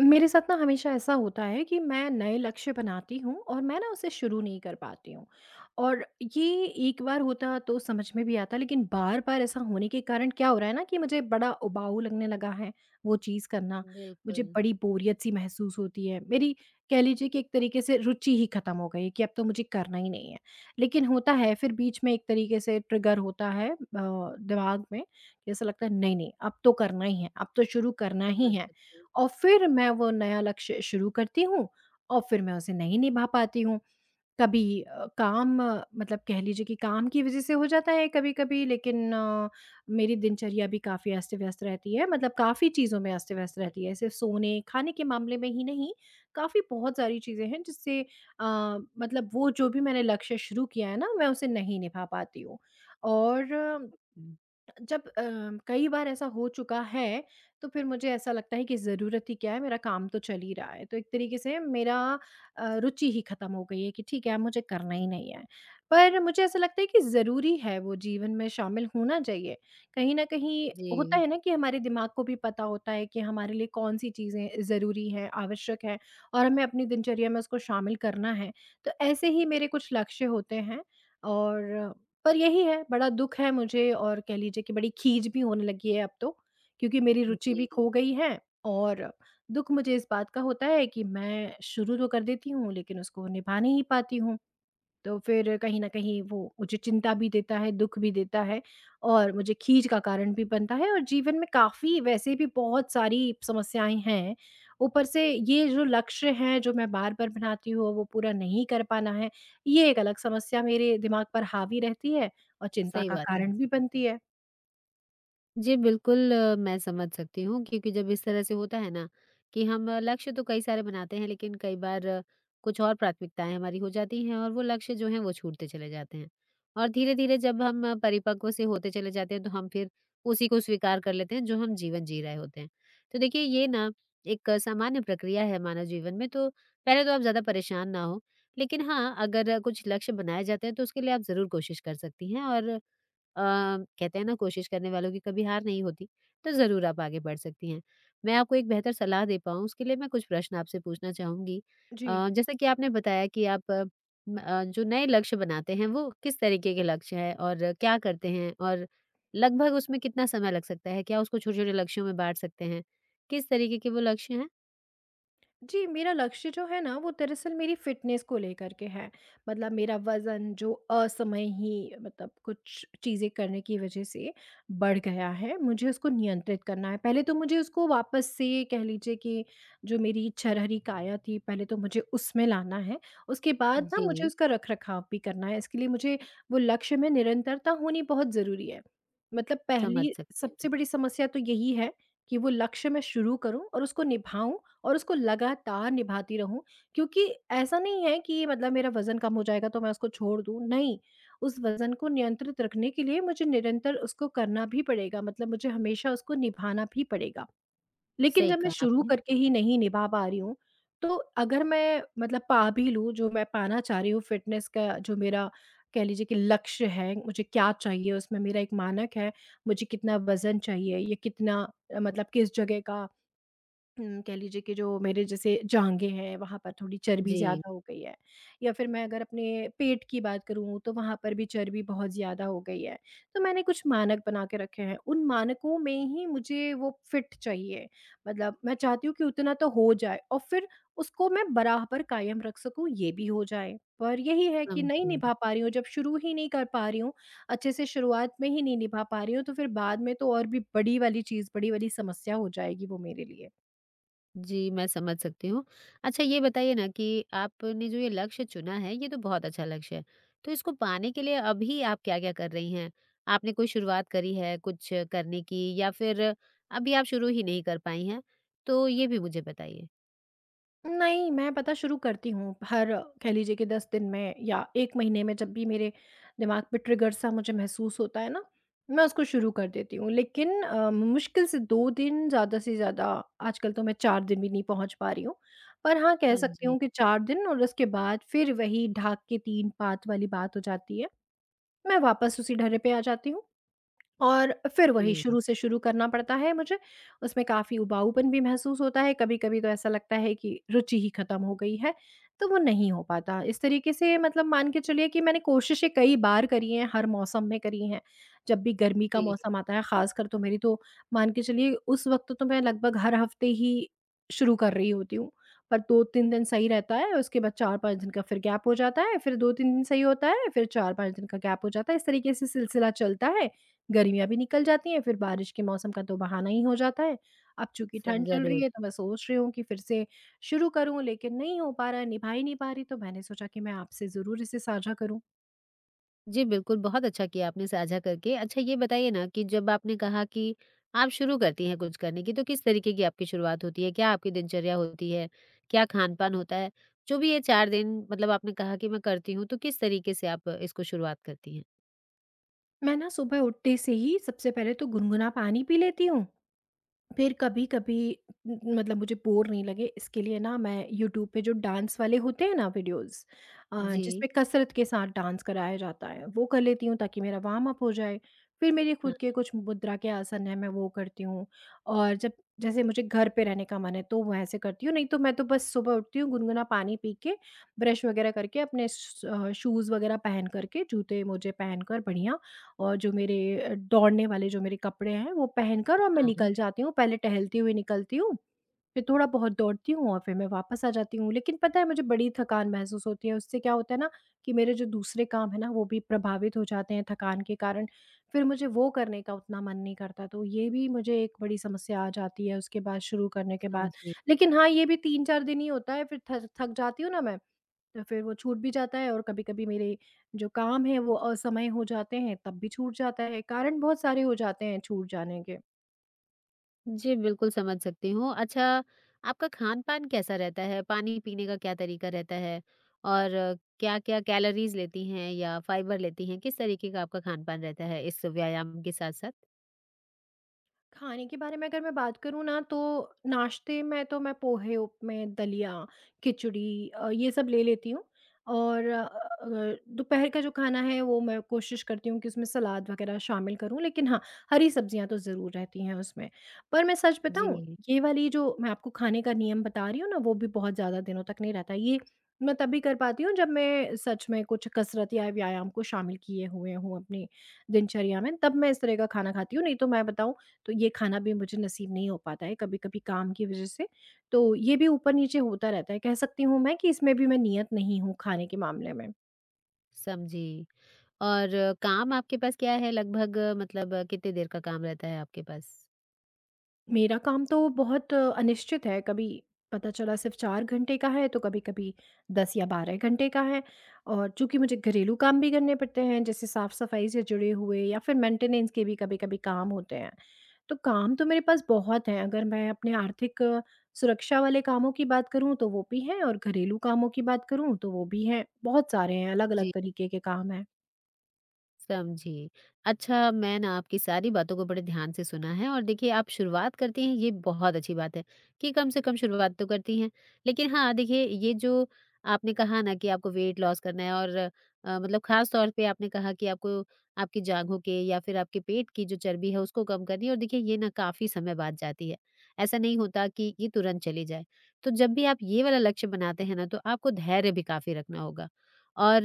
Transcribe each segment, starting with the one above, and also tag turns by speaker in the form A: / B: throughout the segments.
A: मेरे साथ ना हमेशा ऐसा होता है कि मैं नए लक्ष्य बनाती हूँ और मैं ना उसे शुरू नहीं कर पाती हूँ। और ये एक बार होता तो समझ में भी आता, लेकिन बार बार ऐसा होने के कारण क्या हो रहा है ना कि मुझे बड़ा उबाऊ लगने लगा है वो चीज़ करना। मुझे
B: बिल्कुल,
A: बड़ी बोरियत सी महसूस होती है मेरी, कह लीजिए कि एक तरीके से रुचि ही ख़त्म हो गई है कि अब तो मुझे करना ही नहीं है। लेकिन होता है फिर बीच में, एक तरीके से ट्रिगर होता है दिमाग में। ऐसा लगता है नहीं नहीं, अब तो करना ही है, अब तो शुरू करना
B: समझ
A: ही है।
B: सकती
A: और फिर मैं वो नया लक्ष्य शुरू करती हूँ और फिर मैं उसे नहीं निभा पाती हूँ। कभी काम मतलब कह लीजिए कि काम की वज़ह से हो जाता है कभी-कभी, लेकिन मेरी दिनचर्या भी काफ़ी अस्त-व्यस्त रहती है, मतलब काफ़ी चीज़ों में अस्त-व्यस्त रहती है। सिर्फ़ सोने, खाने के मामले में ही नहीं, काफ़ी बहुत सारी चीज़ें हैं जिससे अ, मतलब वो जो भी मैंने लक्ष्य शुरू किया है ना, मैं उसे नहीं निभा पाती हूँ। और
B: हूँ।
A: जब कई बार ऐसा हो चुका है, तो फिर मुझे ऐसा लगता है कि ज़रूरत ही क्या है, मेरा काम तो चल ही रहा है। तो एक तरीके से मेरा रुचि ही ख़त्म हो गई है कि ठीक है, अब मुझे करना ही नहीं है। पर मुझे ऐसा लगता है कि ज़रूरी है, वो जीवन में शामिल होना चाहिए। कहीं न कहीं होता
B: जी,
A: है ना कि हमारे दिमाग को भी पता होता है कि हमारे लिए कौन-सी चीज़ें ज़रूरी हैं, आवश्यक हैं, और हमें अपनी दिनचर्या में उसको शामिल करना है। तो ऐसे ही मेरे कुछ लक्ष्य होते हैं। और पर यही है, बड़ा दुःख है मुझे, और कह लीजिए कि बड़ी खीज भी होने लगी है अब तो, क्योंकि मेरी रुचि भी
B: जी,
A: खो गई है। और दुःख मुझे इस बात का होता है कि मैं शुरू तो कर देती हूँ, लेकिन उसको निभा नहीं पाती हूँ। तो फिर कहीं न कहीं वो मुझे चिंता भी देता है, दुःख भी देता है, और मुझे खीज का कारण भी बनता है। और जीवन में काफ़ी वैसे भी बहुत सारी समस्याएँ हैं। ऊपर से ये जो लक्ष्य हैं, जो मैं बार-बार बनाती हूँ और वो पूरा नहीं कर पाना है, ये एक अलग समस्या मेरे दिमाग पर हावी रहती है और चिंता
B: सही
A: का
B: बात है।
A: कारण भी बनती है।
B: जी, बिल्कुल मैं समझ सकती हूँ क्योंकि जब इस तरह से होता है ना कि हम लक्ष्य तो कई सारे बनाते हैं लेकिन कई बार कुछ और प्राथमिकताएँ हमारी हो जाती हैं और वो लक्ष्य जो हैं वो छूटते चले जाते हैं। और धीरे-धीरे जब हम परिपक्व से होते चले जाते हैं तो हम फिर उसी को स्वीकार कर लेते हैं जो हम जीवन जी रहे होते हैं। तो देखिए ये ना एक सामान्य प्रक्रिया है मानव जीवन में तो पहले तो आप ज़्यादा परेशान ना हों। लेकिन हाँ, अगर कुछ लक्ष्य बनाए जाते हैं तो उसके लिए आप ज़रूर कोशिश कर सकती हैं और अ, कहते हैं ना कोशिश करने वालों की कभी हार नहीं होती, तो ज़रूर आप आगे बढ़ सकती हैं। मैं आपको एक बेहतर सलाह दे पाऊँ उसके लिए मैं कुछ प्रश्न आपसे पूछना चाहूँगी।
A: जी।
B: जैसा कि आपने बताया कि आप जो नए लक्ष्य बनाते हैं वो किस तरीके के लक्ष्य हैं और क्या करते हैं? और लगभग उसमें कितना समय लग सकता है? क्या उसको छोटे-छोटे लक्ष्यों में बाँट सकते हैं? किस तरीके के वो लक्ष्य हैं?
A: जी, मेरा लक्ष्य जो है ना वो दरअसल मेरी फ़िटनेस को लेकर के है। मतलब मेरा वज़न जो असमय ही, मतलब कुछ चीज़ें करने की वज़ह से बढ़ गया है, मुझे उसको नियंत्रित करना है। पहले तो मुझे उसको वापस से, कह लीजिए कि जो मेरी छरहरी काया थी पहले, तो मुझे उसमें लाना है। उसके बाद ना मुझे
B: जी,
A: उसका रख-रखाव भी करना है। इसके लिए मुझे वो लक्ष्य में निरंतरता होनी बहुत ज़रूरी है। मतलब
B: समझ
A: पहली
B: सकते
A: सबसे
B: हैं।
A: बड़ी समस्या तो यही है कि वो लक्ष्य मैं शुरू करूँ और उसको निभाऊँ और उसको लगातार निभाती रहूँ, क्योंकि ऐसा नहीं है कि, मतलब, मेरा वज़न कम हो जाएगा तो मैं उसको छोड़ दूँ, नहीं। उस वज़न को नियंत्रित रखने के लिए मुझे निरंतर उसको करना भी पड़ेगा, मतलब मुझे हमेशा उसको निभाना भी पड़ेगा। लेकिन
B: सही
A: जब मैं
B: कहा
A: शुरू
B: आपने।
A: करके ही नहीं निभा पा रही हूँ, तो अगर मैं, मतलब, पा भी लूँ जो मैं पाना चाह रही हूँ, फ़िटनेस का जो मेरा कह लीजिए कि लक्ष्य है, मुझे क्या चाहिए उसमें, मेरा एक मानक है। मुझे कितना वज़न चाहिए या कितना मतलब किस जगह का, कह लीजिए कि जो मेरे जैसे जाँघें हैं, वहाँ पर थोड़ी चर्बी
B: जी,
A: ज़्यादा हो गई है, या फिर मैं अगर अपने पेट की बात करूँ, तो वहाँ पर भी चर्बी बहुत ज़्यादा हो गई है। तो मैंने कुछ मानक बना के रखे हैं, उन मानकों में ही मुझे वो फिट चाहिए। मतलब मैं चाहती हूँ कि उतना तो हो जाए, और फिर उसको मैं बराबर कायम रख सकूँ, ये भी हो जाए। पर यही है कि नहीं निभा
B: समझी।
A: पा रही हूँ, जब शुरू ही नहीं कर पा रही हूँ, अच्छे से शुरुआत में ही नहीं निभा पा रही हूँ, तो फिर बाद में तो और भी बड़ी वाली चीज़, बड़ी वाली समस्या हो जाएगी वो मेरे लिए।
B: जी, मैं समझ सकती हूँ। अच्छा ये बताइए ना कि आपने जो ये लक्ष्य चुना है, ये तो बहुत अच्छा लक्ष्य है। तो इसको पाने के लिए अभी आप क्या-क्या कर रही हैं? आपने कोई शुरुआत करी है कुछ करने की या फिर अभी आप शुरू ही नहीं कर पाई हैं? तो ये भी मुझे बताइए।
A: नहीं, मैं पता शुरू करती हूँ, हर, कह लीजिए कि 10 दिन में या 1 महीने में, जब भी मेरे दिमाग पे ट्रिगर सा मुझे महसूस होता है ना, मैं उसको शुरू कर देती हूँ। लेकिन मुश्किल से 2 दिन, ज़्यादा से ज़्यादा, आजकल तो मैं 4 दिन भी नहीं पहुँच पा रही हूँ। पर हाँ, कह सकती
B: समझी।
A: हूँ कि 4 दिन, और उसके बाद फिर वही ढाक के तीन पात वाली बात हो जाती है। मैं वापस उसी ढर्रे पे आ जाती हूँ। और फिर वही
B: जी,
A: शुरू से शुरू करना पड़ता है मुझे। उसमें काफ़ी उबाऊपन भी महसूस होता है, कभी-कभी तो ऐसा लगता है कि रुचि ही ख़त्म हो गई है, तो वो नहीं हो पाता। इस तरीके से, मतलब, मान के चलिए कि मैंने कोशिशें कई बार करी हैं, हर मौसम में करी हैं। जब भी गर्मी का
B: जी,
A: मौसम आता है ख़ासकर, तो मेरी तो, मान के चलिए, उस वक़्त तो मैं लगभग हर हफ़्ते ही शुरू कर रही होती हूँ। पर 2-3 दिन सही रहता है, उसके बाद 4-5 दिन का फिर गैप हो जाता है, फिर 2-3 दिन सही होता है, फिर 4-5 दिन का गैप हो जाता है। इस तरीके से सिलसिला चलता है। गर्मियाँ भी निकल जाती हैं, फिर बारिश के मौसम का तो बहाना ही हो जाता है। अब चूँकि
B: स
A: ठंड चल रही
B: ज़रूर।
A: है तो मैं सोच रही हूँ कि फिर से शुरू करूँ, लेकिन नहीं हो पा रहा है, निभा ही नहीं पा रही, तो मैंने सोचा कि मैं आपसे ज़रूर इसे साझा करूँ।
B: जी, बिल्कुल, बहुत अच्छा किया आपने साझा करके। अच्छा ये बताइए ना कि जब आपने कहा कि आप शुरू करती हैं कुछ करने की, तो किस तरीके की आपकी शुरुआत होती है? क्या आपकी दिनचर्या होती है? क्या खान-पान होता है? जो भी ये 4 दिन मतलब आपने कहा कि मैं करती हूँ, तो किस तरीके से आप इसको शुरुआत करती हैं?
A: मैं ना सुबह उठते से ही सबसे पहले तो गुनगुना पानी पी लेती हूँ। फिर कभी-कभी, मतलब मुझे बोर नहीं लगे इसके लिए ना, मैं यूट्यूब पे जो डांस वाले होते हैं ना वीडियोज़,
B: जी।
A: जिसमें कसरत के साथ डांस कराया जाता है, वो कर लेती हूँ ताकि मेरा वार्म अप हो जाए। फिर मेरे
B: हाँ,
A: खुद के कुछ मुद्रा के आसन हैं, मैं वो करती हूँ। और जब, जैसे मुझे घर पे रहने का मन है तो मैं ऐसे करती हूँ, नहीं तो मैं तो बस सुबह उठती हूँ, गुनगुना पानी पी के, ब्रश वगैरह करके, अपने शूज़ वगैरह पहन करके, जूते मोजे पहन कर के, जूते-मोजे पहनकर बढ़िया, और जो मेरे दौड़ने वाले जो मेरे कपड़े हैं वो पहनकर, और मैं
B: हाँ।
A: निकल जाती हूँ। पहले टहलती हुई निकलती हूँ, फिर थोड़ा बहुत दौड़ती हूँ, और फिर मैं वापस आ जाती हूँ। लेकिन पता है, मुझे बड़ी थकान महसूस होती है, उससे क्या होता है ना कि मेरे जो दूसरे काम है ना वो भी प्रभावित हो जाते हैं थकान के कारण। फिर मुझे वो करने का उतना मन नहीं करता, तो ये भी मुझे एक बड़ी समस्या आ जाती है उसके बाद, शुरू करने के बाद।
B: समझी।
A: लेकिन हाँ, ये भी 3-4 दिन ही होता है, फिर थक थक जाती हूँ ना मैं, तो फिर वो छूट भी जाता है। और कभी-कभी मेरे जो काम हैं वो असमय हो जाते हैं, तब भी छूट जाता है। कारण बहुत सारे हो जाते हैं छूट जाने के।
B: जी, बिल्कुल समझ सकती हूँ। अच्छा, आपका खान-पान कैसा रहता है? पानी पीने का क्या तरीका रहता है? और क्या-क्या कैलोरीज़ लेती हैं या फाइबर लेती हैं? किस तरीके का आपका खान-पान रहता है इस व्यायाम के साथ-साथ?
A: खाने के बारे में अगर मैं बात करूँ ना, तो नाश्ते में तो मैं पोहे, उपमे, दलिया, खिचड़ी, ये सब ले लेती हूँ, और दोपहर का जो खाना है वो मैं कोशिश करती हूँ कि उसमें सलाद वगैरह शामिल करूँ, लेकिन हाँ, हरी सब्जियाँ तो ज़रूर रहती हैं उसमें। पर मैं सच बताऊँ,
B: जी,
A: ये वाली जो मैं आपको खाने का नियम बता रही हूँ ना, वो भी बहुत ज़्यादा दिनों तक नहीं रहता। ये मैं तभी कर पाती हूँ जब मैं सच में कुछ कसरत या व्यायाम को शामिल किए हुए हूँ अपनी दिनचर्या में, तब मैं इस तरह का खाना खाती हूँ। नहीं तो मैं बताऊँ, तो ये खाना भी मुझे नसीब नहीं हो पाता है कभी-कभी, काम की वज़ह से। तो ये भी ऊपर-नीचे होता रहता है। कह सकती हूँ मैं कि इसमें भी मैं नियत नहीं हूँ खाने के मामले में।
B: समझी। और काम आपके पास क्या है लगभग मतलब कितनी देर का काम रहता है आपके पास?
A: मेरा काम तो बहुत अनिश्चित है, कभी पता चला सिर्फ़ 4 घंटे का है, तो कभी-कभी 10 या 12 घंटे का है। और चूँकि मुझे घरेलू काम भी करने पड़ते हैं, जैसे साफ़-सफ़ाई से जुड़े हुए, या फिर मेंटेनेंस के भी कभी-कभी काम होते हैं। तो काम तो मेरे पास बहुत हैं, अगर मैं अपने आर्थिक सुरक्षा वाले कामों की बात करूँ तो वो भी हैं, और घरेलू कामों की बात करूँ तो वो भी हैं। बहुत सारे हैं, अलग-अलग तरीके के काम हैं।
B: समझी। अच्छा, मैं ना आपकी सारी बातों को बड़े ध्यान से सुना है और देखिए आप शुरुआत करती हैं ये बहुत अच्छी बात है, कि कम से कम शुरुआत तो करती हैं। लेकिन हाँ, देखिए ये जो आपने कहा ना कि आपको वेट लॉस करना है और मतलब ख़ास तौर पे आपने कहा कि आपको आपकी जाँघों के या फिर आपके पेट की जो चर्बी है उसको कम करनी है और देखिए ये ना काफ़ी समय बाद जाती है। ऐसा नहीं होता कि ये तुरंत चली जाए। तो जब भी आप ये वाला लक्ष्य बनाते हैं ना तो आपको धैर्य भी काफ़ी रखना होगा। और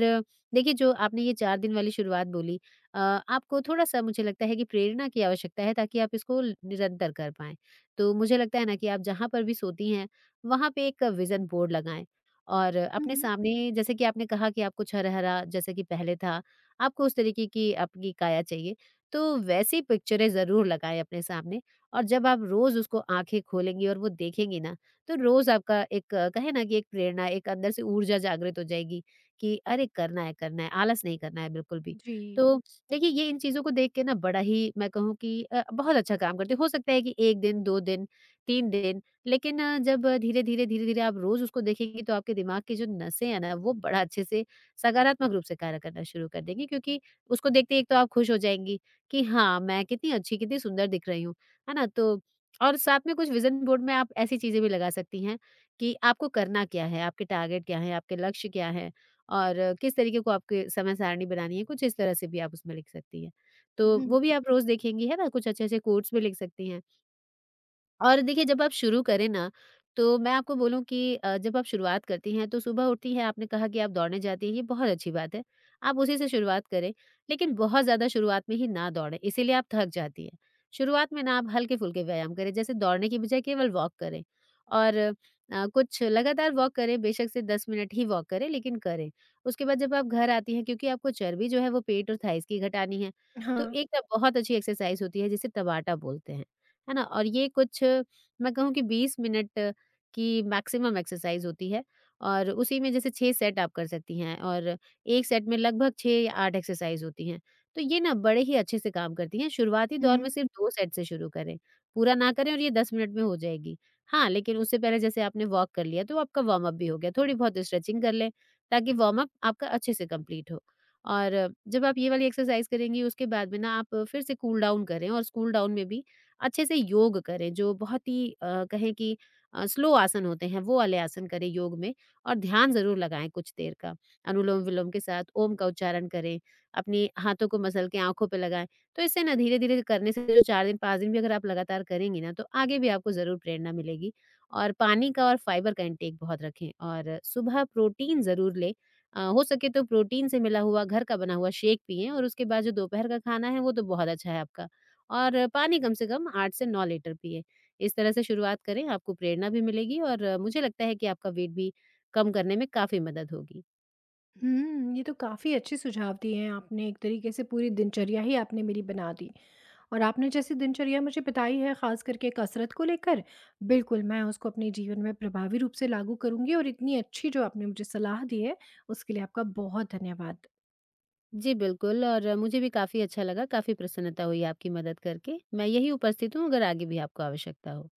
B: देखिए, जो आपने ये 4 दिन वाली शुरुआत बोली आपको थोड़ा-सा मुझे लगता है कि प्रेरणा की आवश्यकता है ताकि आप इसको ल निरंतर कर पाएँ। तो मुझे लगता है ना कि आप जहाँ पर भी सोती हैं, वहाँ पे एक विज़न बोर्ड लगाएँ और अपने
A: हुँ,
B: सामने जैसे कि आपने कहा कि आपको कुछ हरा-हरा जैसे कि पहले था, आपको उस तरीके की आपकी काया चाहिए, तो वैसी पिक्चरें ज़रूर लगाएँ अपने सामने और जब आप रोज़ उसको आँखें खोलेंगी और वो देखेंगी ना, तो रोज़ आपका एक कहें ना कि एक प्रेरणा, एक अंदर से ऊर्जा जागृत हो जाएगी कि अरे! करना है, आलस नहीं करना है बिल्कुल भी।
A: जी।
B: तो देखिए ये इन चीज़ों को देख के ना बड़ा ही मैं कहूँ कि बहुत अच्छा काम करती है। हो सकता है कि 1 दिन, 2 दिन, 3 दिन लेकिन जब धीरे-धीरे, आप रोज़ उसको देखेंगी तो आपके दिमाग की जो नसें हैं ना वो बड़ा अच्छे से सकारात्मक रूप से कार्य करना शुरू कर देंगी क्योंकि उसको देखते ही एक तो आप खुश हो जाएँगी कि हाँ, मैं कितनी अच्छी, कितनी सुंदर दिख रही हूँ। है ना? तो और साथ में कुछ विज़न बोर्ड में आप ऐसी चीज़ें भी लगा सकती हैं कि आपको करना क्या है, आपके टारगेट क्या हैं, आपके लक्ष्य क्या हैं। और किस तरीके को आपके समय सारणी बनानी है, कुछ इस तरह से भी आप उसमें लिख सकती हैं। तो
A: हुँ।
B: वो भी आप रोज़ देखेंगी, है ना? कुछ अच्छे-अच्छे कोट्स भी लिख सकती हैं। और देखिए जब आप शुरू करें ना, तो मैं आपको बोलूँ कि जब आप शुरुआत करती हैं तो सुबह उठती हैं, आपने कहा कि आप दौड़ने जाती हैं, ये बहुत अच्छी बात है। आप उसी से शुरुआत करें, लेकिन बहुत ज़्यादा शुरुआत में ही ना दौड़ें, इसीलिए आप थक जाती हैं। शुरुआत में ना आप हल्के-फुल्के व्यायाम करें, जैसे दौड़ने की बजाय केवल वॉक करें और कुछ लगातार वॉक करें, बेशक से 10 मिनट ही वॉक करें, लेकिन करें। उसके बाद जब आप घर आती हैं, क्योंकि आपको चर्बी जो है वो पेट और थाइज़ की घटानी है, तो
A: हाँ।
B: एक ना बहुत अच्छी एक्सरसाइज़ होती है जिसे टबाटा बोलते हैं। है ना? और ये कुछ मैं कहूँ कि 20 मिनट की मैक्सिमम एक्सरसाइज़ होती है और उसी में जैसे 6 सेट आप कर सकती हैं और 1 सेट में लगभग 6 या 8 एक्सरसाइज़ होती हैं। तो ये ना बड़े ही अच्छे से काम करती हैं, शुरुआती दौर
A: हुँ।
B: में सिर्फ 2 सेट से शुरू करें, पूरा ना करें और ये 10 मिनट में हो जाएगी। हाँ, लेकिन उससे पहले जैसे आपने वॉक कर लिया तो आपका वार्म अप भी हो गया, थोड़ी बहुत स्ट्रेचिंग कर लें ताकि वार्म अप आपका अच्छे से कंप्लीट हो। और जब आप ये वाली एक्सरसाइज़ करेंगी उसके बाद में ना आप फिर से कूल डाउन करें और इस कूल डाउन में भी अच्छे से योग करें जो बहुत ही कहें कि स्लो आसन होते हैं वो वाले आसन करें योग में और ध्यान ज़रूर लगाएं कुछ देर का। अनुलोम विलोम के साथ ओम का उच्चारण करें, अपने हाथों को मसल के आँखों पे लगाएँ। तो इससे ना धीरे-धीरे करने से जो 4 दिन 5 दिन भी अगर आप लगातार करेंगी ना तो आगे भी आपको ज़रूर प्रेरणा मिलेगी। और पानी का और फाइबर का इंटेक बहुत रखें और सुबह प्रोटीन ज़रूर लें। हो सके तो प्रोटीन से मिला हुआ घर का बना हुआ शेक पिएँ और उसके बाद जो दोपहर का खाना है वो तो बहुत अच्छा है आपका। और पानी कम से कम 8 से 9 लीटर पिएँ। इस तरह से शुरुआत करें, आपको प्रेरणा भी मिलेगी और मुझे लगता है कि आपका वेट भी कम करने में काफ़ी मदद होगी।
A: हुँ, ये तो काफ़ी अच्छे सुझाव दिए हैं आपने, एक तरीके से पूरी दिनचर्या ही आपने मेरी बना दी। और आपने जैसी दिनचर्या मुझे बताई है, ख़ास करके कसरत को लेकर, बिल्कुल मैं उसको अपने जीवन में प्रभावी रूप से लागू करूँगी, और इतनी अच्छी जो आपने मुझे सलाह दी है, उसके लिए आपका बहुत धन्यवाद।
B: जी, बिल्कुल और मुझे भी काफ़ी अच्छा लगा, काफ़ी प्रसन्नता हुई आपकी मदद करके। मैं यहीं उपस्थित हूँ अगर आगे भी आपको आवश्यकता हो।